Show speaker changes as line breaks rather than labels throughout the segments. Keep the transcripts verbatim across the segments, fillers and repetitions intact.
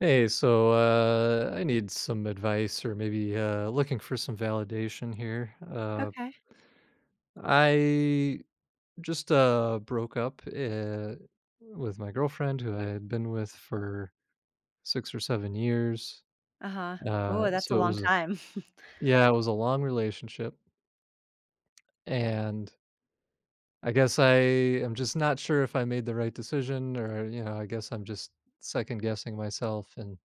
Hey, so uh, I need some advice, or maybe uh, looking for some validation here. Uh,
Okay.
I just uh, broke up uh, with my girlfriend who I had been with for six or seven years.
Uh-huh.
Uh,
Oh, that's a
so it
long
was, a,
time.
yeah, it was a long relationship. And I guess I am just not sure if I made the right decision, or, you know, I guess I'm just second guessing myself and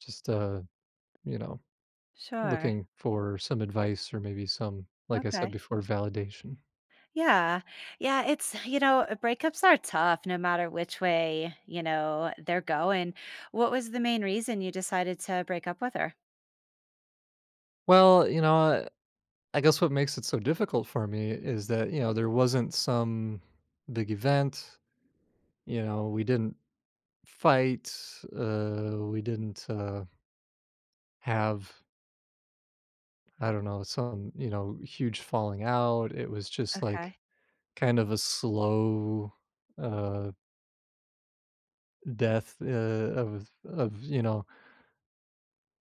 just, uh, you know,
Sure.
looking for some advice, or maybe some, like I said
Okay.
before, validation.
Yeah. Yeah, it's you know, uh, breakups are tough no matter which way, you know, they're going. What was the main reason you decided to break up with her?
Well, you know, I guess what makes it so difficult for me is that, you know, there wasn't some big event. You know, we didn't fight, uh, we didn't uh, have, I don't know, some, you know, huge falling out. It was just like
Okay.
kind of a slow uh, death uh, of, of, you know,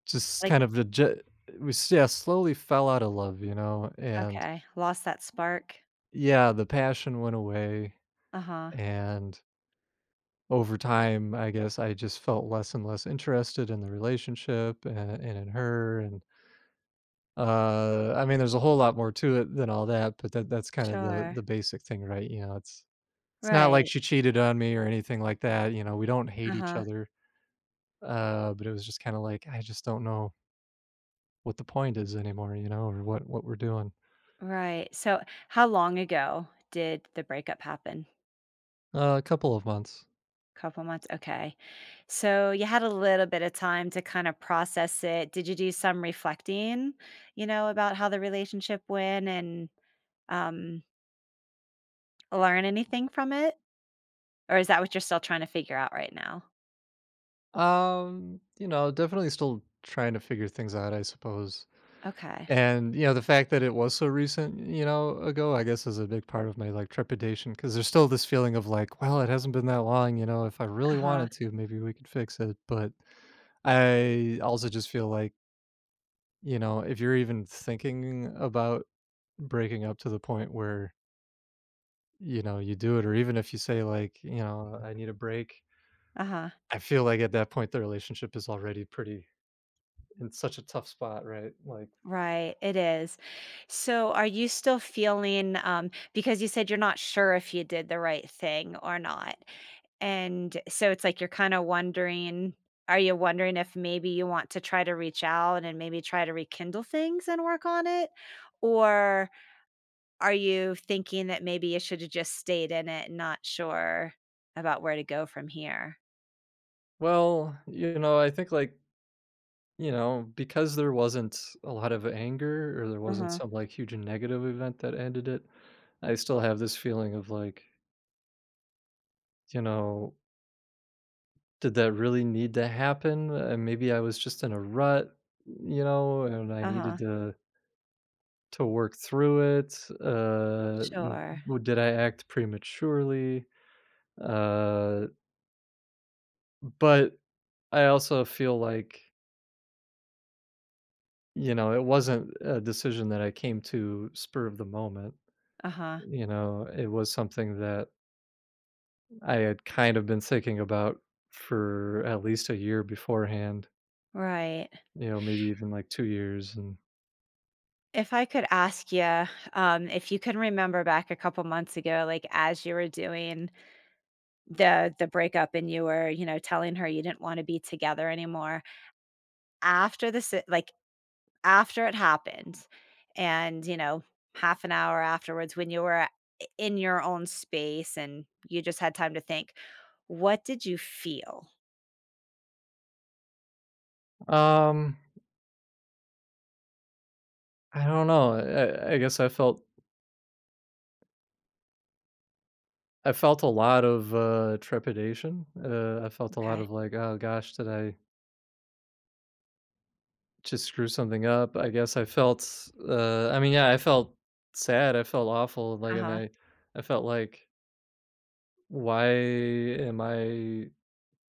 Just
Like,
kind of the j we s yeah, slowly fell out of love, you know. And
okay, lost that spark.
yeah, the passion went away,
Uh-huh.
and over time, I guess I just felt less and less interested in the relationship, and and in her, and, uh, I mean, there's a whole lot more to it than all that, but that that's kind of the
Sure.
the basic thing, right? You know, it's it's not like
Right.
she cheated on me or anything like that, you know, we don't hate each
Uh-huh.
other. Uh, but it was just kinda like, I just don't know what the point is anymore, you know, or what what we're doing.
Right. So, how long ago did the breakup happen?
Uh, a couple of months.
Couple months, okay. So you had a little bit of time to kind of process it. Did you do some reflecting, you know, about how the relationship went and um, learn anything from it? Or is that what you're still trying to figure out right now?
Um, you know, definitely still trying to figure things out, I suppose.
Okay.
And you know, the fact that it was so recent, you know, ago, I guess, is a big part of my like trepidation, because there's still this feeling of like, well, it hasn't been that long. You know, if I
Uh
really
huh.
wanted to, maybe we could fix it. But I also just feel like, you know, if you're even thinking about breaking up to the point where you know you do it, or even if you say like, you know, I need a break,
Uh huh.
I feel like at that point the relationship is already pretty in such a tough spot, right? Like,
Right, it is. So, are you still feeling um because you said you're not sure if you did the right thing or not. And so it's like you're kind of wondering, are you wondering if maybe you want to try to reach out and maybe try to rekindle things and work on it? Or are you thinking that maybe you should have just stayed in it and not sure about where to go from here?
well, you know, I think like, you know, because there wasn't a lot of anger, or there wasn't
Uh-huh.
some like huge negative event that ended it, I still have this feeling of like, you know, did that really need to happen? And maybe I was just in a rut, you know, and I needed
Uh-huh.
to to work through it. Uh, n-
Sure.
w- did I act prematurely? Uh, but I also feel like, you know, it wasn't a decision that I came to spur of the moment.
Uh-huh.
You know, it was something that I had kind of been thinking about for at least a year beforehand,
Right.
you know, maybe even like two years. And,
If I could ask you, um, if you can remember back a couple months ago, like as you were doing the the breakup and you were, you know, telling her you didn't want to be together anymore, after this, like after it happened, and you know, half an hour afterwards, when you were in your own space and you just had time to think, what did you feel?
um, I don't know, I I guess I felt, I felt a lot of, uh, trepidation. Uh, I felt a lot
Okay.
of like, "Oh gosh, did I just screw something up?" I guess I felt, uh I mean, yeah, I felt sad, I felt awful, like,
Uh
and
huh.
I I felt like, why am I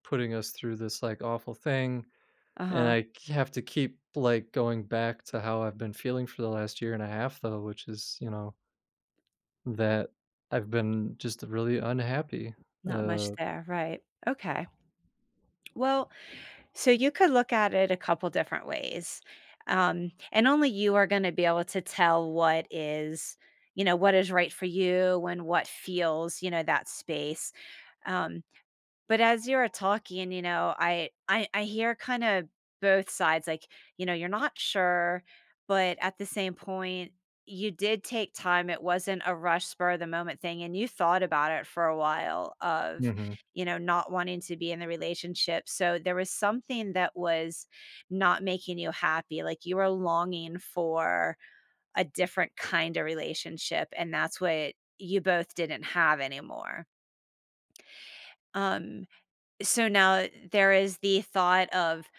putting us through this like awful thing?
Uh
And
huh.
I k- have to keep like going back to how I've been feeling for the last year and a half, though, which is, you know, that I've been just really unhappy.
Not
Uh,
much there. Right. Okay. Well, so you could look at it a couple different ways. Um, and only you are going to be able to tell what is, you know, what is right for you and what feels, you know, that space. Um, but as you are talking, you know, I I I hear kinda both sides, like, you know, you're not sure, but at the same point, you did take time, it wasn't a rush, spur of the moment thing, and you thought about it for a while of,
hmm
you know, not wanting to be in the relationship, so there was something that was not making you happy, like, you were longing for a different kind of relationship, and that's what you both didn't have anymore. Um, so now there is the thought of,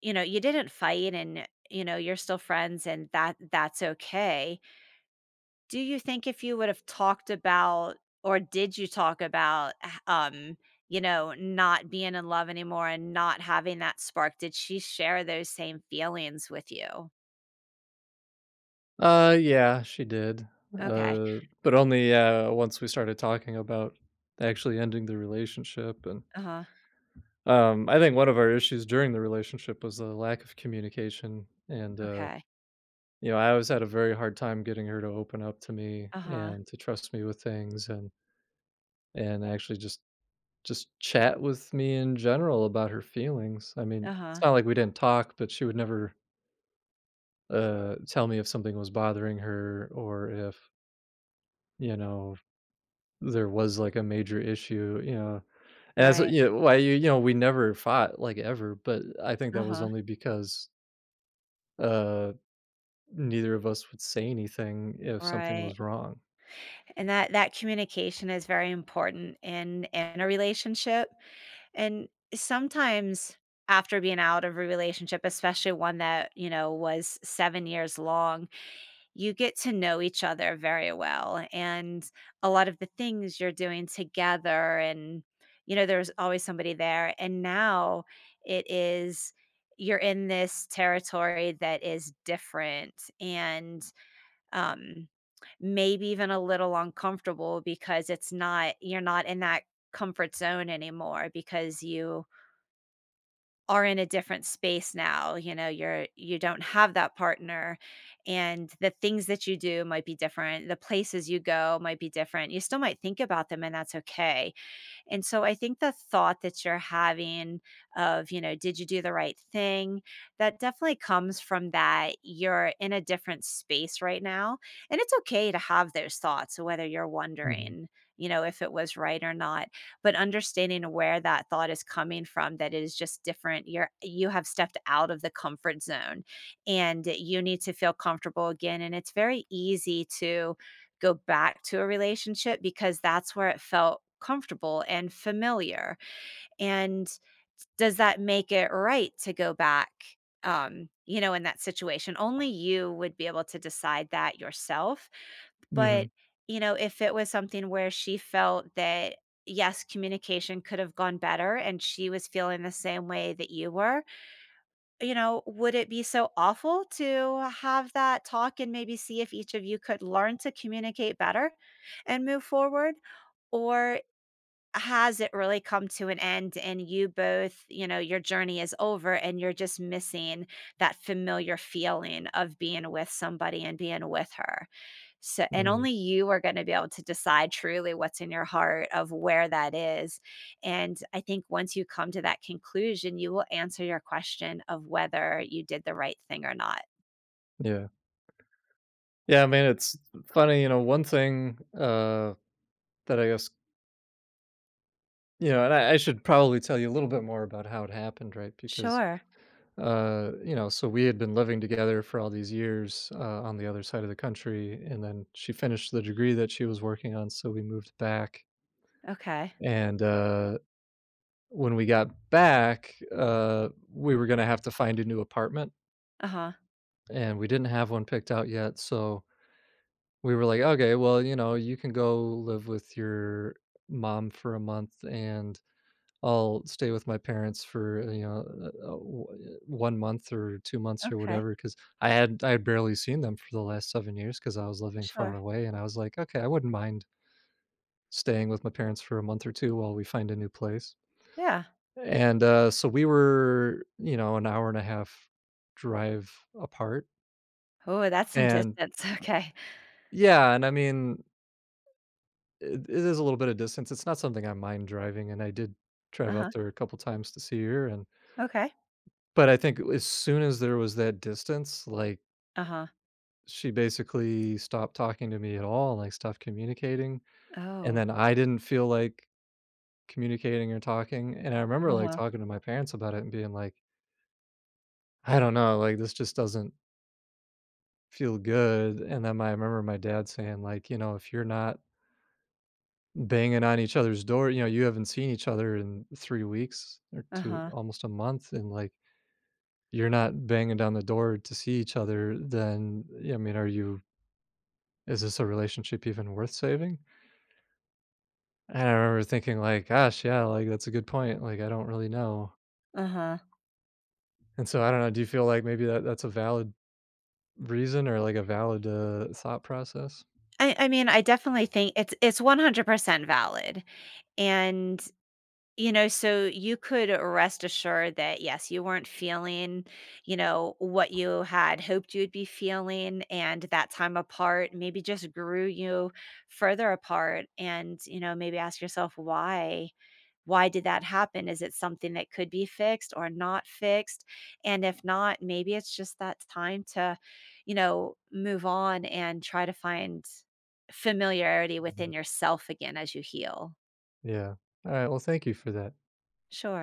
you know, you didn't fight and, you know, you're still friends and that that's okay. Do you think if you would have talked about or did you talk about h- um, you know, not being in love anymore and not having that spark, did she share those same feelings with you?
uh, yeah, she did.
Okay.
Uh, but only uh, once we started talking about actually ending the relationship. And
Uh-huh.
um, I think one of our issues during the relationship was the lack of communication. and, uh,
Okay.
You know, I always had a very hard time getting her to open up to me
Uh-huh.
and to trust me with things, and and actually just just chat with me in general about her feelings. I mean, it's
Uh-huh.
not like we didn't talk, but she would never uh tell me if something was bothering her, or if, you know, there was like a major issue, you know. And that's
Right.
you know, why you you know, we never fought like ever, but I think that was
Uh-huh.
only because uh neither of us would say anything if something
Right.
was wrong.
And that that communication is very important in in a relationship. And sometimes after being out of a relationship, especially one that, you know, was seven years long, you get to know each other very well and a lot of the things you're doing together and you know, there's always somebody there and now it is you're in this territory that is different and um maybe even a little uncomfortable because it's not you're not in that comfort zone anymore because you are in a different space now, you know, you're you don't have that partner and the things that you do might be different, the places you go might be different. You still might think about them and that's okay. And so I think the thought that you're having of, you know, did you do the right thing? That definitely comes from that you're in a different space right now. And it's okay to have those thoughts, whether you're
Mhm.
wondering, you know, if it was right or not, but understanding where that thought is coming from that it is just different. You're you have stepped out of the comfort zone and you need to feel comfortable again. And it's very easy to go back to a relationship because that's where it felt comfortable and familiar. And does that make it right to go back, um, you know, in that situation? Only you would be able to decide that yourself.
Mhm.
But, you know, if it was something where she felt that, yes, communication could have gone better and she was feeling the same way that you were, you know, would it be so awful to have that talk and maybe see if each of you could learn to communicate better and move forward? Or has it really come to an end and you both, you know, your journey is over and you're just missing that familiar feeling of being with somebody and being with her? So and
Mhm.
only you are gonna be able to decide truly what's in your heart of where that is, and I think once you come to that conclusion, you will answer your question of whether you did the right thing or not.
Yeah. Yeah, I mean, it's funny, you know, one thing, uh, that I guess, you know, and I I should probably tell you a little bit more about how it happened, right? Because,
Sure.
uh, you know, so we had been living together for all these years, uh, on the other side of the country, and then she finished the degree that she was working on, so we moved back.
Okay.
And, uh, when we got back, uh, we were gonna have to find a new apartment,
Uh-huh.
and we didn't have one picked out yet, so we were like, "Okay, well, you know, you can go live with your mom for a month, and I'll stay with my parents for, you know, uh, uh, w uh, one month or two months or
Okay.
whatever. Because I had I had barely seen them for the last seven years because I was living far
Sure.
away, and I was like, "Okay, I wouldn't mind staying with my parents for a month or two while we find a new place."
Yeah.
And, uh, so we were, you know, an hour and a half drive apart,
Oh, that's some
and
distance. Okay.
yeah, and I mean, It it is a little bit of distance, it's not something I mind driving, and I did drive out
Uh-huh.
there a couple times to see her. And
Okay.
but I think as soon as there was that distance, like,
Uh-huh.
she basically stopped talking to me at all, like, stopped communicating, and
Oh.
then I didn't feel like communicating or talking. And I remember, like,
Uh-huh.
talking to my parents about it and being like, "I don't know, like, this just doesn't feel good," and then my I remember my dad saying, like, "You know, if you're not banging on each other's door. You know, you haven't seen each other in three weeks or two,
Uh-huh.
almost a month, and, like, you're not banging down the door to see each other, then, yeah, I mean, are you is this a relationship even worth saving?" And I remember thinking, like, "Gosh, yeah, like, that's a good point, like, I don't really know."
Uh-huh.
And so I don't know, do you feel like maybe that that's a valid reason, or, like, a valid, uh, thought process?
I I mean, I definitely think it's it's one hundred percent valid, and you know, so you could rest assured that, yes, you weren't feeling, you know, what you had hoped you'd be feeling. And that time apart maybe just grew you further apart. And, you know, maybe ask yourself why. Why did that happen? Is it something that could be fixed or not fixed? And if not, maybe it's just that time to, you know, move on and try to find familiarity within
Mhm.
yourself again as you heal.
Yeah. Alright, well, thank you for that.
Sure.